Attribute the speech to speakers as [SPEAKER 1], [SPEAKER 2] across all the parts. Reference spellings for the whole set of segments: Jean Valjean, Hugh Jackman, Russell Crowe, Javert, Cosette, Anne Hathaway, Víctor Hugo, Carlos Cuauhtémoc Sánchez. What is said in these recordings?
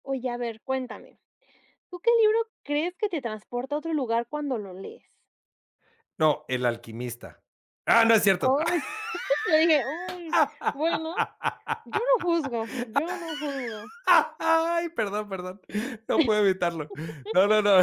[SPEAKER 1] Oye, a ver, cuéntame, ¿tú qué libro crees que te transporta a otro lugar cuando lo lees?
[SPEAKER 2] No, El alquimista. Ah, no es cierto.
[SPEAKER 1] Oh, yo dije, bueno, yo no juzgo.
[SPEAKER 2] Ay, perdón, perdón. No puedo evitarlo. No, no, no.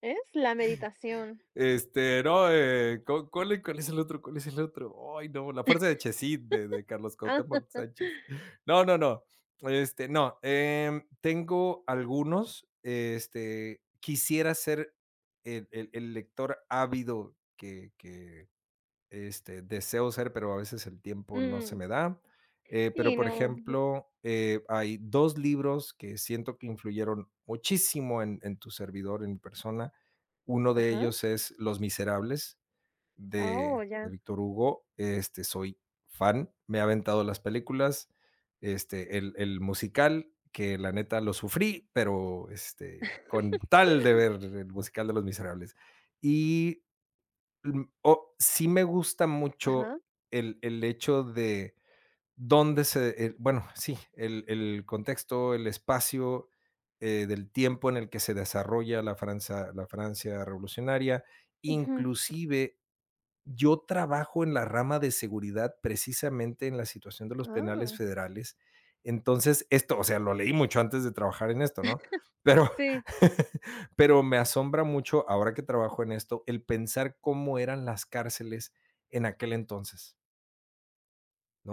[SPEAKER 1] Es la meditación.
[SPEAKER 2] No, ¿cuál es el otro? ¿Cuál es el otro? Ay, no, La Fuerza de Chesid de Carlos
[SPEAKER 1] Ah,
[SPEAKER 2] Cuauhtémoc Sánchez. No, no, no. Tengo algunos. Quisiera ser el lector ávido deseo ser, pero a veces el tiempo no
[SPEAKER 1] mm,
[SPEAKER 2] se me da. Pero,
[SPEAKER 1] sí,
[SPEAKER 2] por
[SPEAKER 1] no.
[SPEAKER 2] ejemplo, hay 2 libros que siento que influyeron muchísimo en tu servidor, en mi persona. Uno de
[SPEAKER 1] Ajá.
[SPEAKER 2] ellos es Los Miserables de
[SPEAKER 1] Oh,
[SPEAKER 2] de
[SPEAKER 1] ya.
[SPEAKER 2] Víctor Hugo. Soy fan, me he aventado las películas, el musical, que la neta lo sufrí, pero, con tal de ver el musical de Los Miserables. Y Mm, o Sí, me gusta
[SPEAKER 1] Ajá.
[SPEAKER 2] mucho el hecho de dónde se bueno, sí, el contexto, el espacio, del tiempo en el que se desarrolla la Francia revolucionaria.
[SPEAKER 1] Ujú.
[SPEAKER 2] Inclusive, yo trabajo en la rama de seguridad, precisamente en la situación de los penales
[SPEAKER 1] Ah,
[SPEAKER 2] federales. Entonces, esto, o sea, lo leí mucho antes de trabajar en esto, ¿no? Pero
[SPEAKER 1] sí,
[SPEAKER 2] pero me asombra mucho, ahora que trabajo en esto, el pensar cómo eran las cárceles en aquel entonces,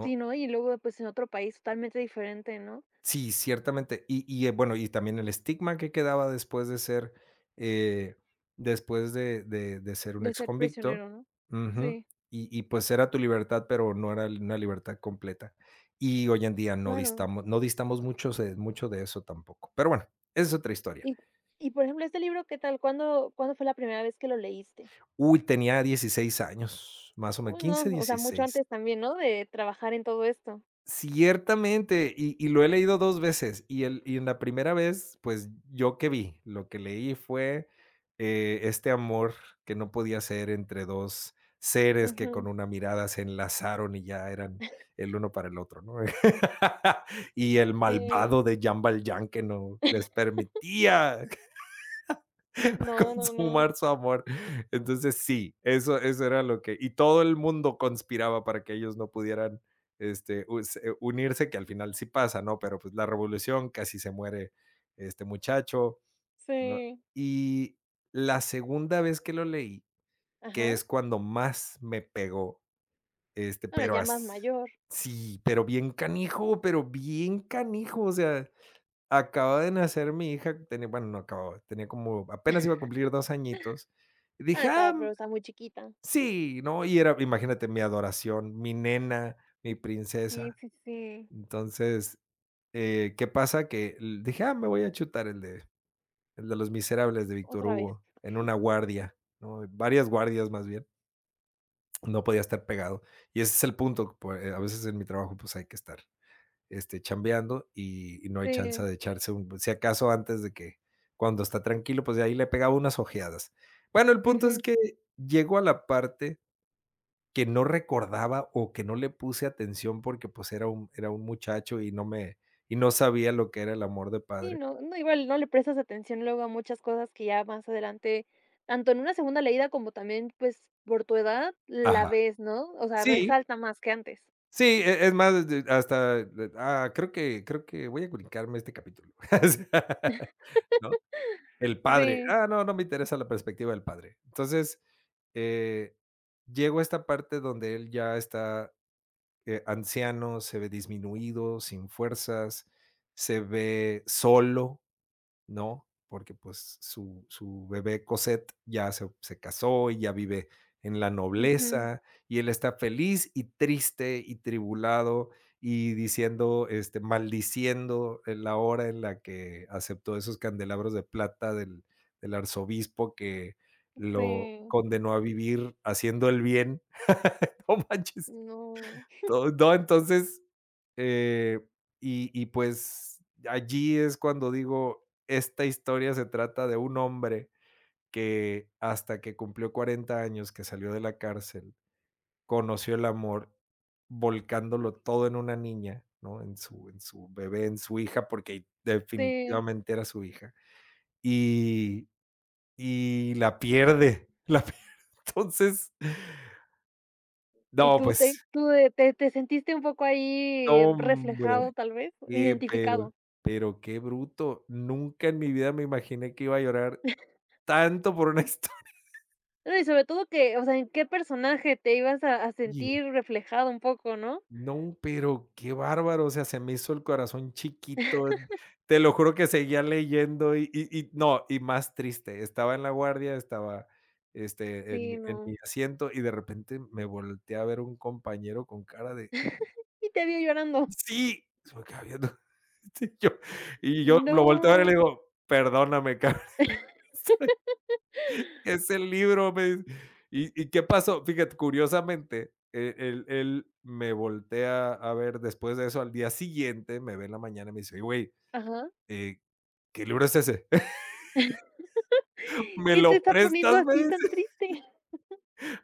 [SPEAKER 1] sí, ¿no? Y luego, pues, en otro país totalmente diferente, ¿no?
[SPEAKER 2] Sí, ciertamente. Bueno, y también el estigma que quedaba después de ser, eh, después de ser un
[SPEAKER 1] De ser
[SPEAKER 2] exconvicto.
[SPEAKER 1] prisionero, ¿no?
[SPEAKER 2] Ujú.
[SPEAKER 1] Sí,
[SPEAKER 2] Pues, era tu libertad, pero no era una libertad completa. Y hoy en día no
[SPEAKER 1] claro.
[SPEAKER 2] distamos no distamos muchos de mucho de eso tampoco. Pero bueno, esa es otra historia.
[SPEAKER 1] Y y por ejemplo, este libro, ¿qué tal? ¿Cuándo fue la primera vez que lo leíste?
[SPEAKER 2] Uy, tenía 16 años, más o menos,
[SPEAKER 1] Uy, no,
[SPEAKER 2] quince
[SPEAKER 1] o sea, mucho
[SPEAKER 2] dieciséis
[SPEAKER 1] antes también, ¿no?, de trabajar en todo esto.
[SPEAKER 2] Ciertamente, y lo he leído 2 veces, y el y en la primera vez, pues, ¿yo que vi? Lo que leí fue, este amor que no podía ser entre 2 seres que con
[SPEAKER 1] Ujú,
[SPEAKER 2] una mirada se enlazaron y ya eran el uno para el otro, ¿no? Y el
[SPEAKER 1] sí.
[SPEAKER 2] malvado de Jean Valjean que no les permitía
[SPEAKER 1] No, no, no.
[SPEAKER 2] sumar su amor. Entonces sí, eso era lo que... Y todo el mundo conspiraba para que ellos no pudieran este, unirse, que al final sí pasa, ¿no? Pero pues la revolución, casi se muere este muchacho, ¿no?
[SPEAKER 1] Sí.
[SPEAKER 2] Y la segunda vez que lo leí, que
[SPEAKER 1] Ajá.
[SPEAKER 2] es cuando más me pegó, este,
[SPEAKER 1] Bueno,
[SPEAKER 2] pero
[SPEAKER 1] ya más
[SPEAKER 2] as-
[SPEAKER 1] mayor.
[SPEAKER 2] sí, pero bien canijo, o sea, acaba de nacer mi hija, tenía, bueno, no acababa, tenía como apenas iba a cumplir 2 añitos, y
[SPEAKER 1] Ah,
[SPEAKER 2] dije: "Ah,
[SPEAKER 1] estaba pero estaba muy chiquita.
[SPEAKER 2] sí", ¿no? Y era, imagínate, mi adoración, mi nena, mi
[SPEAKER 1] Sí,
[SPEAKER 2] princesa.
[SPEAKER 1] sí, sí.
[SPEAKER 2] Entonces, ¿qué pasa? Que l Dije: "Ah, me voy a chutar el de Los Miserables de Víctor
[SPEAKER 1] Otra vez.
[SPEAKER 2] Hugo en una guardia", ¿no? Varias guardias, más bien. No podía estar pegado. Y ese es el punto, pue a veces en mi trabajo, pues, hay que estar chambeando no hay chance
[SPEAKER 1] Sí.
[SPEAKER 2] de echarse un, si acaso antes de que, cuando está tranquilo, pues de ahí le pegaba unas ojeadas. Bueno, el punto es
[SPEAKER 1] Ujú.
[SPEAKER 2] que llego a la parte que no recordaba o que no le puse atención porque pues era un muchacho y y no sabía lo que era el amor de
[SPEAKER 1] Sí,
[SPEAKER 2] padre.
[SPEAKER 1] no, no, igual no le prestas atención luego a muchas cosas que ya más adelante, tanto en una segunda leída como también, pues, por tu edad, la
[SPEAKER 2] Ajá.
[SPEAKER 1] ves, ¿no? O sea,
[SPEAKER 2] Sí,
[SPEAKER 1] resalta más que antes.
[SPEAKER 2] sí, es más, creo que, voy a brincarme este capítulo. O sea, ¿no? El padre,
[SPEAKER 1] Sí.
[SPEAKER 2] ah, no, no me interesa la perspectiva del padre. Entonces, eh, llego a esta parte donde él ya está, anciano, se ve disminuido, sin fuerzas, se ve solo, ¿no? Porque pues su bebé Cosette ya se casó y ya vive en la
[SPEAKER 1] Ujú.
[SPEAKER 2] nobleza, y él está feliz y triste y tribulado y diciendo, maldiciendo en la hora en la que aceptó esos candelabros de plata del arzobispo que lo
[SPEAKER 1] Sí,
[SPEAKER 2] condenó a vivir haciendo el bien. No manches.
[SPEAKER 1] no,
[SPEAKER 2] To No, entonces, eh, pues allí es cuando digo, esta historia se trata de un hombre que hasta que cumplió 40 años, que salió de la cárcel, conoció el amor volcándolo todo en una niña, ¿no? En su bebé, en su hija, porque
[SPEAKER 1] sí.
[SPEAKER 2] definitivamente era su hija, y y la pierde, la pierde. Entonces,
[SPEAKER 1] ¿Y
[SPEAKER 2] no,
[SPEAKER 1] tú te
[SPEAKER 2] pues,
[SPEAKER 1] tú de te te sentiste un poco ahí
[SPEAKER 2] no,
[SPEAKER 1] reflejado,
[SPEAKER 2] hombre.
[SPEAKER 1] tal vez,
[SPEAKER 2] Qué, pero
[SPEAKER 1] identificado?
[SPEAKER 2] pero qué bruto. Nunca en mi vida me imaginé que iba a llorar tanto por una historia.
[SPEAKER 1] No, y sobre todo que, o sea, ¿en qué personaje te ibas a
[SPEAKER 2] Oye,
[SPEAKER 1] sentir reflejado un poco, no?
[SPEAKER 2] no, pero qué bárbaro, o sea, se me hizo el corazón chiquito. Te lo juro que seguía leyendo y no, y más triste. Estaba en la guardia, estaba,
[SPEAKER 1] Sí,
[SPEAKER 2] en mi
[SPEAKER 1] no.
[SPEAKER 2] asiento y de repente me volteé a ver un compañero con cara de:
[SPEAKER 1] Y te vio llorando.
[SPEAKER 2] "Sí", se me queda viendo. Sí, yo lo volteé a ver y le
[SPEAKER 1] No.
[SPEAKER 2] digo: "Perdóname, cabrón". Es el libro, me dice. ¿Y qué pasó? Fíjate, curiosamente, él me voltea a ver después de eso al día siguiente, me ve en la mañana y me dice: "Oye, güey,
[SPEAKER 1] Ajá.
[SPEAKER 2] eh, ¿qué libro es ese? ¿Me
[SPEAKER 1] ¿Qué te
[SPEAKER 2] lo
[SPEAKER 1] está poniendo
[SPEAKER 2] prestas?". Me
[SPEAKER 1] así tan
[SPEAKER 2] dice,
[SPEAKER 1] triste?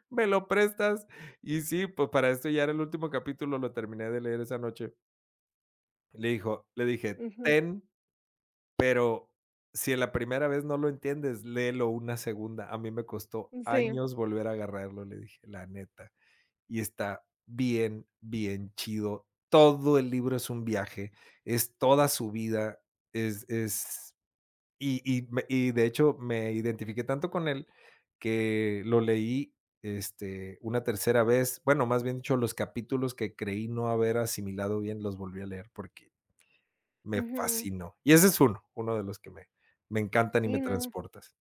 [SPEAKER 2] ¿me lo prestas? Y sí, pues para esto ya era el último capítulo, lo terminé de leer esa noche. Le dije:
[SPEAKER 1] Ujú,
[SPEAKER 2] "Ten, pero si en la primera vez no lo entiendes, léelo una segunda. A mí me costó
[SPEAKER 1] sí,
[SPEAKER 2] años volver a agarrarlo", le dije, la neta. Y está bien, bien chido. Todo el libro es un viaje, es toda su vida, es, es, y de hecho me identifiqué tanto con él que lo leí, una tercera vez. Bueno, más bien dicho, los capítulos que creí no haber asimilado bien los volví a leer porque me
[SPEAKER 1] ujú.
[SPEAKER 2] fascinó. Y ese es uno, de los que me encantan y me
[SPEAKER 1] Sí, no.
[SPEAKER 2] transportas.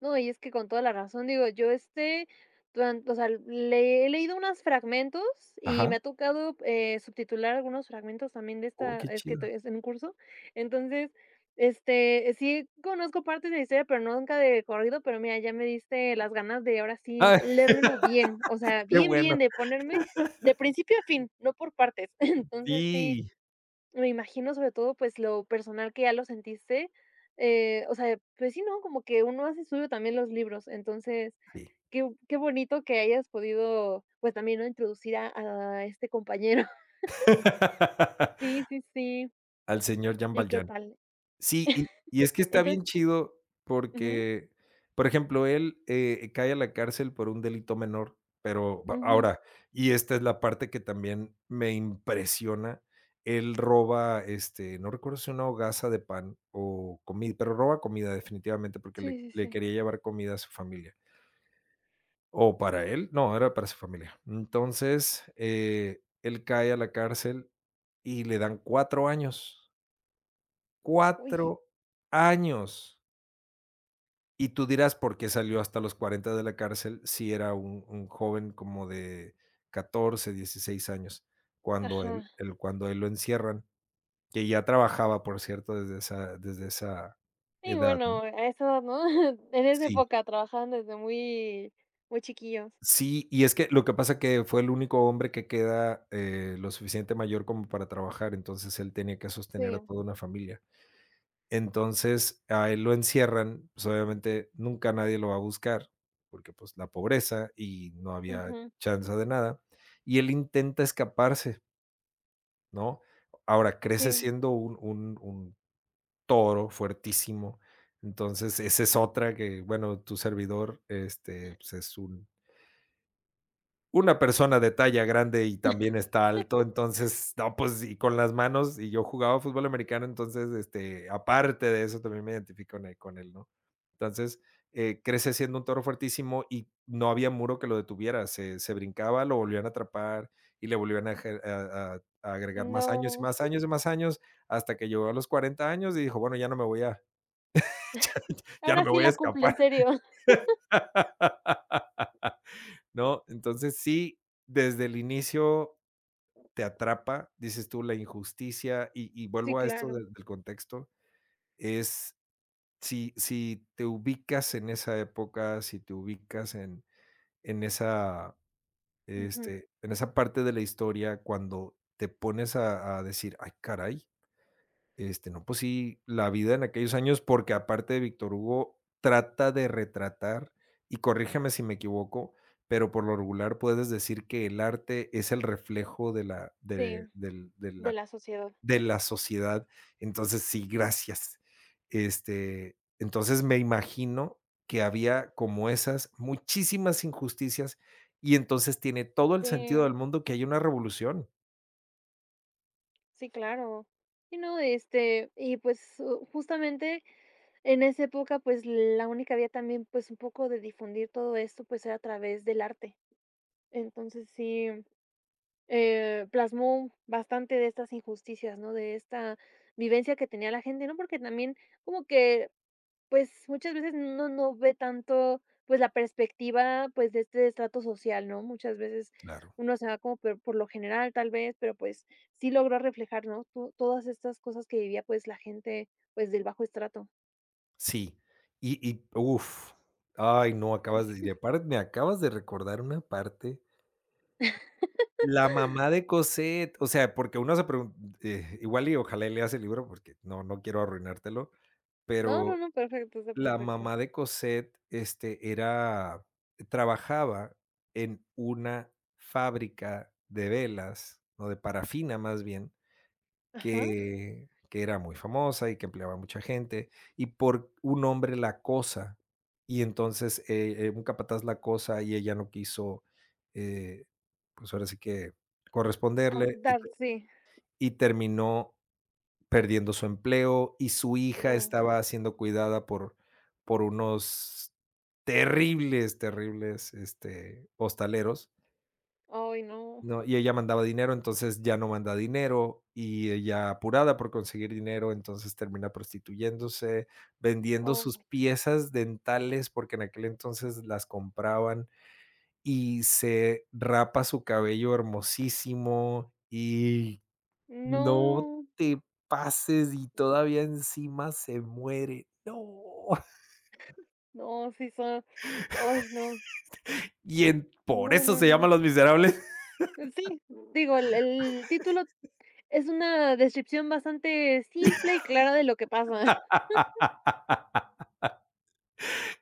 [SPEAKER 1] No, y es que con toda la razón, digo, yo este, duran o sea, le he leído unos fragmentos y me
[SPEAKER 2] Ajá.
[SPEAKER 1] ha tocado, subtitular algunos fragmentos también de
[SPEAKER 2] Oh,
[SPEAKER 1] esta
[SPEAKER 2] qué
[SPEAKER 1] es que estoy
[SPEAKER 2] chido.
[SPEAKER 1] es en un curso. Entonces, este, sí conozco partes de la historia, pero no nunca de corrido, pero mira, ya me diste las ganas de ahora sí
[SPEAKER 2] Ay,
[SPEAKER 1] leérmelo bien, o sea,
[SPEAKER 2] qué
[SPEAKER 1] bien, bien,
[SPEAKER 2] bueno.
[SPEAKER 1] de ponerme de principio a fin, no por partes. Entonces sí.
[SPEAKER 2] Sí,
[SPEAKER 1] Me imagino, sobre todo, pues, lo personal que ya lo sentiste, o sea, pues sí, ¿no? Como que uno hace suyo también los libros, entonces,
[SPEAKER 2] sí.
[SPEAKER 1] qué bonito que hayas podido, pues, también, ¿no? Introducir a este compañero. Sí, sí, sí.
[SPEAKER 2] Al señor Jean
[SPEAKER 1] ¿Y qué
[SPEAKER 2] Valjean.
[SPEAKER 1] tal?
[SPEAKER 2] Sí, y es que está
[SPEAKER 1] Entonces
[SPEAKER 2] bien chido
[SPEAKER 1] ujú,
[SPEAKER 2] porque, por ejemplo, él, cae a la cárcel por un delito menor, pero va
[SPEAKER 1] ujú.
[SPEAKER 2] ahora, y esta es la parte que también me impresiona, él roba, no recuerdo si una hogaza de pan o comida, pero roba comida definitivamente porque
[SPEAKER 1] Sí,
[SPEAKER 2] le
[SPEAKER 1] sí,
[SPEAKER 2] le
[SPEAKER 1] sí.
[SPEAKER 2] quería llevar comida a su familia, o para él, no, era para su familia. Entonces, él cae a la cárcel y le dan cuatro años
[SPEAKER 1] Uy,
[SPEAKER 2] cuatro años. Y tú dirás, ¿por qué salió hasta los 40 de la cárcel si era un joven como de 14, 16 años? Cuando
[SPEAKER 1] ajá.
[SPEAKER 2] él lo encierran, que ya trabajaba, por cierto, desde esa
[SPEAKER 1] Y
[SPEAKER 2] edad, ¿no?
[SPEAKER 1] bueno, a esa edad, ¿no? En esa
[SPEAKER 2] Sí,
[SPEAKER 1] época trabajaban desde muy chiquillos.
[SPEAKER 2] sí, y es que lo que pasa que fue el único hombre que queda, lo suficiente mayor como para trabajar, entonces él tenía que sostener a
[SPEAKER 1] Sí,
[SPEAKER 2] toda una familia. Entonces, a él lo encierran, pues, obviamente nunca nadie lo va a buscar, porque pues la pobreza y no había
[SPEAKER 1] ujú,
[SPEAKER 2] chance de nada. Y él intenta escaparse, ¿no? Ahora crece
[SPEAKER 1] sí,
[SPEAKER 2] siendo un toro fuertísimo. Entonces, esa es otra que, bueno, tu servidor, pues es un una persona de talla grande y también está alto, entonces, no, pues, y con las manos, y yo jugaba fútbol americano, entonces, aparte de eso, también me identifico con él, ¿no? Entonces, crece siendo un toro fuertísimo y no había muro que lo detuviera, se brincaba, lo volvían a atrapar y le volvían a aje a agregar más años y
[SPEAKER 1] no,
[SPEAKER 2] más años y más años, hasta que llegó a los 40 años y dijo: "Bueno, ya no me voy a ya no
[SPEAKER 1] ahora
[SPEAKER 2] me
[SPEAKER 1] sí
[SPEAKER 2] voy a
[SPEAKER 1] la cumplo, en
[SPEAKER 2] escapar",
[SPEAKER 1] serio.
[SPEAKER 2] ¿no? Entonces, sí, desde el inicio te atrapa, dices tú, la injusticia, y
[SPEAKER 1] Sí,
[SPEAKER 2] vuelvo a esto
[SPEAKER 1] claro.
[SPEAKER 2] del contexto, es si te ubicas en esa época, si te ubicas en esa,
[SPEAKER 1] Ujú,
[SPEAKER 2] en esa parte de la historia cuando te pones a decir: "Ay, caray, no, pues sí, la vida en aquellos años", porque aparte de Víctor Hugo trata de retratar, y corrígeme si me equivoco, pero por lo regular puedes decir que el arte es el reflejo de la de
[SPEAKER 1] sí,
[SPEAKER 2] del
[SPEAKER 1] de la sociedad.
[SPEAKER 2] de la sociedad. Entonces, sí, gracias. Entonces me imagino que había como esas muchísimas injusticias y entonces tiene todo el sentido del
[SPEAKER 1] Sí,
[SPEAKER 2] mundo que haya una revolución.
[SPEAKER 1] sí, claro. Y no, este, y pues, u justamente en esa época, pues, la única vía también, pues, un poco de difundir todo esto, pues, era a través del arte. Entonces, sí, plasmó bastante de estas injusticias, ¿no? De esta vivencia que tenía la gente, ¿no? Porque también como que pues, muchas veces uno no ve tanto, pues, la perspectiva, pues, de este estrato social, ¿no? Muchas veces
[SPEAKER 2] Claro.
[SPEAKER 1] uno se va como por lo general, tal vez, pero, pues, sí logró reflejar, ¿no? To todas estas cosas que vivía, pues, la gente, pues, del bajo estrato.
[SPEAKER 2] Sí. Y uff, ay, no, acabas de y aparte me acabas de recordar una parte. La mamá de Cosette, o sea, porque uno se pregunta, igual y ojalá y leas el libro porque no quiero arruinártelo,
[SPEAKER 1] No, no,
[SPEAKER 2] pero
[SPEAKER 1] no, perfecto, está
[SPEAKER 2] la
[SPEAKER 1] perfecto.
[SPEAKER 2] mamá de Cosette, este, era trabajaba en una fábrica de velas, o de parafina más bien,
[SPEAKER 1] Ajá.
[SPEAKER 2] que era muy famosa y que empleaba mucha gente, y por un hombre la acosa, y entonces, un capataz la acosa y ella no quiso, eh, pues, ahora sí que
[SPEAKER 1] As
[SPEAKER 2] corresponderle
[SPEAKER 1] dar, sí.
[SPEAKER 2] y terminó perdiendo su empleo y su hija
[SPEAKER 1] Ay,
[SPEAKER 2] estaba siendo cuidada por unos terribles, terribles, hostaleros,
[SPEAKER 1] ay, no.
[SPEAKER 2] ¿no? Y ella mandaba dinero, entonces ya no manda dinero y ella apurada por conseguir dinero, entonces termina prostituyéndose, vendiendo
[SPEAKER 1] Ay,
[SPEAKER 2] sus piezas dentales porque en aquel entonces las compraban y se rapa su cabello hermosísimo y no
[SPEAKER 1] no.
[SPEAKER 2] te pases, y todavía encima se muere. No.
[SPEAKER 1] No, sí son ay, no.
[SPEAKER 2] Y en por
[SPEAKER 1] No,
[SPEAKER 2] eso
[SPEAKER 1] no,
[SPEAKER 2] se
[SPEAKER 1] no.
[SPEAKER 2] llaman Los Miserables.
[SPEAKER 1] Sí, digo, el título es una descripción bastante simple y clara de lo que pasa.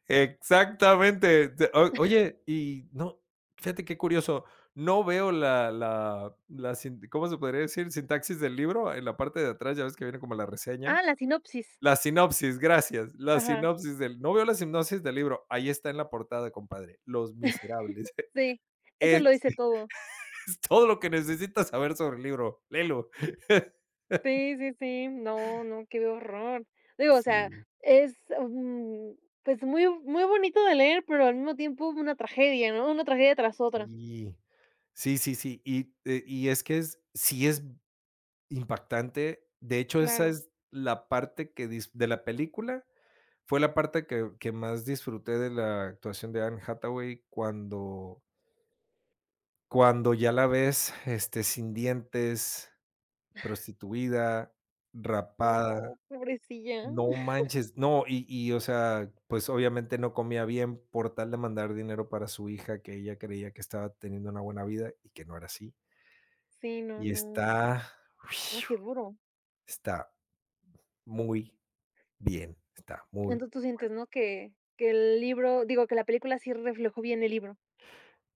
[SPEAKER 2] Exactamente. Te o Oye, y no, fíjate qué curioso, no veo la la la sin ¿cómo se podría decir? Sintaxis del libro en la parte de atrás, ya ves que viene como la
[SPEAKER 1] Ah,
[SPEAKER 2] reseña.
[SPEAKER 1] la sinopsis.
[SPEAKER 2] La sinopsis, gracias. La
[SPEAKER 1] Ajá,
[SPEAKER 2] sinopsis del No veo la sinopsis del libro. Ahí está en la portada, compadre, Los Miserables.
[SPEAKER 1] sí, eso lo
[SPEAKER 2] Ex
[SPEAKER 1] dice todo.
[SPEAKER 2] Todo lo que necesitas saber sobre el libro, léelo.
[SPEAKER 1] Sí, sí, sí. No, no, qué horror. Digo, o sea,
[SPEAKER 2] Sí,
[SPEAKER 1] es, pues, muy muy bonito de leer, pero al mismo tiempo una tragedia, ¿no? Una tragedia tras otra.
[SPEAKER 2] sí. Sí, sí, sí. Y es que sí es impactante. De hecho, esa
[SPEAKER 1] Claro.
[SPEAKER 2] es la parte de la película fue la parte que más disfruté de la actuación de Anne Hathaway cuando, ya la ves, sin dientes, prostituida,
[SPEAKER 1] No,
[SPEAKER 2] rapada.
[SPEAKER 1] pobrecilla.
[SPEAKER 2] No manches, no, o sea, pues, obviamente no comía bien por tal de mandar dinero para su hija, que ella creía que estaba teniendo una buena vida y que no era así.
[SPEAKER 1] Sí, no,
[SPEAKER 2] Y
[SPEAKER 1] no.
[SPEAKER 2] está
[SPEAKER 1] No, qué duro.
[SPEAKER 2] está muy bien, está muy,
[SPEAKER 1] Entonces, tú sientes, ¿no?, que el libro digo, que la película sí reflejó bien el libro.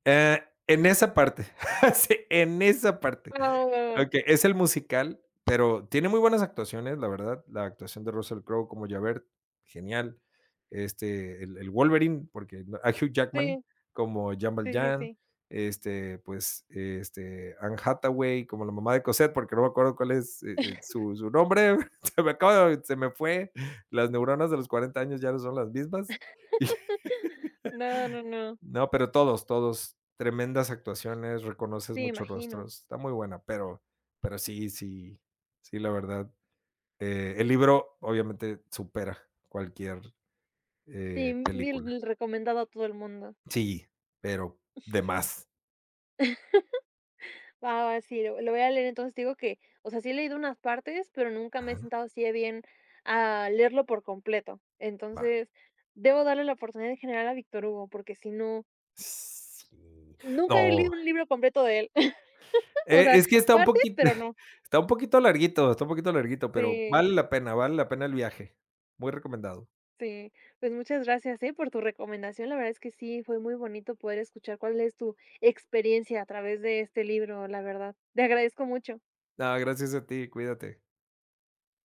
[SPEAKER 2] en esa parte, sí, en esa parte.
[SPEAKER 1] Ah,
[SPEAKER 2] Okey, es el musical, pero tiene muy buenas actuaciones, la verdad. La actuación de Russell Crowe como Javert, genial. El Wolverine, porque no, a Hugh Jackman
[SPEAKER 1] sí,
[SPEAKER 2] como Jean
[SPEAKER 1] sí, sí,
[SPEAKER 2] Valjean,
[SPEAKER 1] sí.
[SPEAKER 2] Anne Hathaway como la mamá de Cosette, porque no me acuerdo cuál es, su nombre, se me fue. Las neuronas de los 40 años ya no son las mismas.
[SPEAKER 1] No, no, no.
[SPEAKER 2] No, pero todos, todos. Tremendas actuaciones, reconoces
[SPEAKER 1] Sí,
[SPEAKER 2] muchos
[SPEAKER 1] imagino.
[SPEAKER 2] rostros. Está muy buena, pero, sí, sí, sí, la verdad. El libro obviamente supera cualquier
[SPEAKER 1] Sí, mil
[SPEAKER 2] película.
[SPEAKER 1] recomendado a todo el mundo.
[SPEAKER 2] Sí, pero de más.
[SPEAKER 1] Va, va, sí, lo voy a leer. Entonces digo que, o sea, sí he leído unas partes, pero nunca me he
[SPEAKER 2] Ajá,
[SPEAKER 1] sentado así de bien a leerlo por completo.
[SPEAKER 2] va.
[SPEAKER 1] Entonces, debo darle la oportunidad en general a Víctor Hugo, porque si no,
[SPEAKER 2] Sí.
[SPEAKER 1] nunca he leído
[SPEAKER 2] No,
[SPEAKER 1] un libro completo de él. O sea,
[SPEAKER 2] es que está un
[SPEAKER 1] partes,
[SPEAKER 2] poquito,
[SPEAKER 1] pero no.
[SPEAKER 2] está un poquito larguito, está un poquito larguito, pero
[SPEAKER 1] Sí,
[SPEAKER 2] vale la pena el viaje. Muy recomendado.
[SPEAKER 1] sí. Pues muchas gracias, por tu recomendación. La verdad es que sí, fue muy bonito poder escuchar cuál es tu experiencia a través de este libro, la verdad. Te agradezco mucho.
[SPEAKER 2] Ah, gracias a ti, cuídate.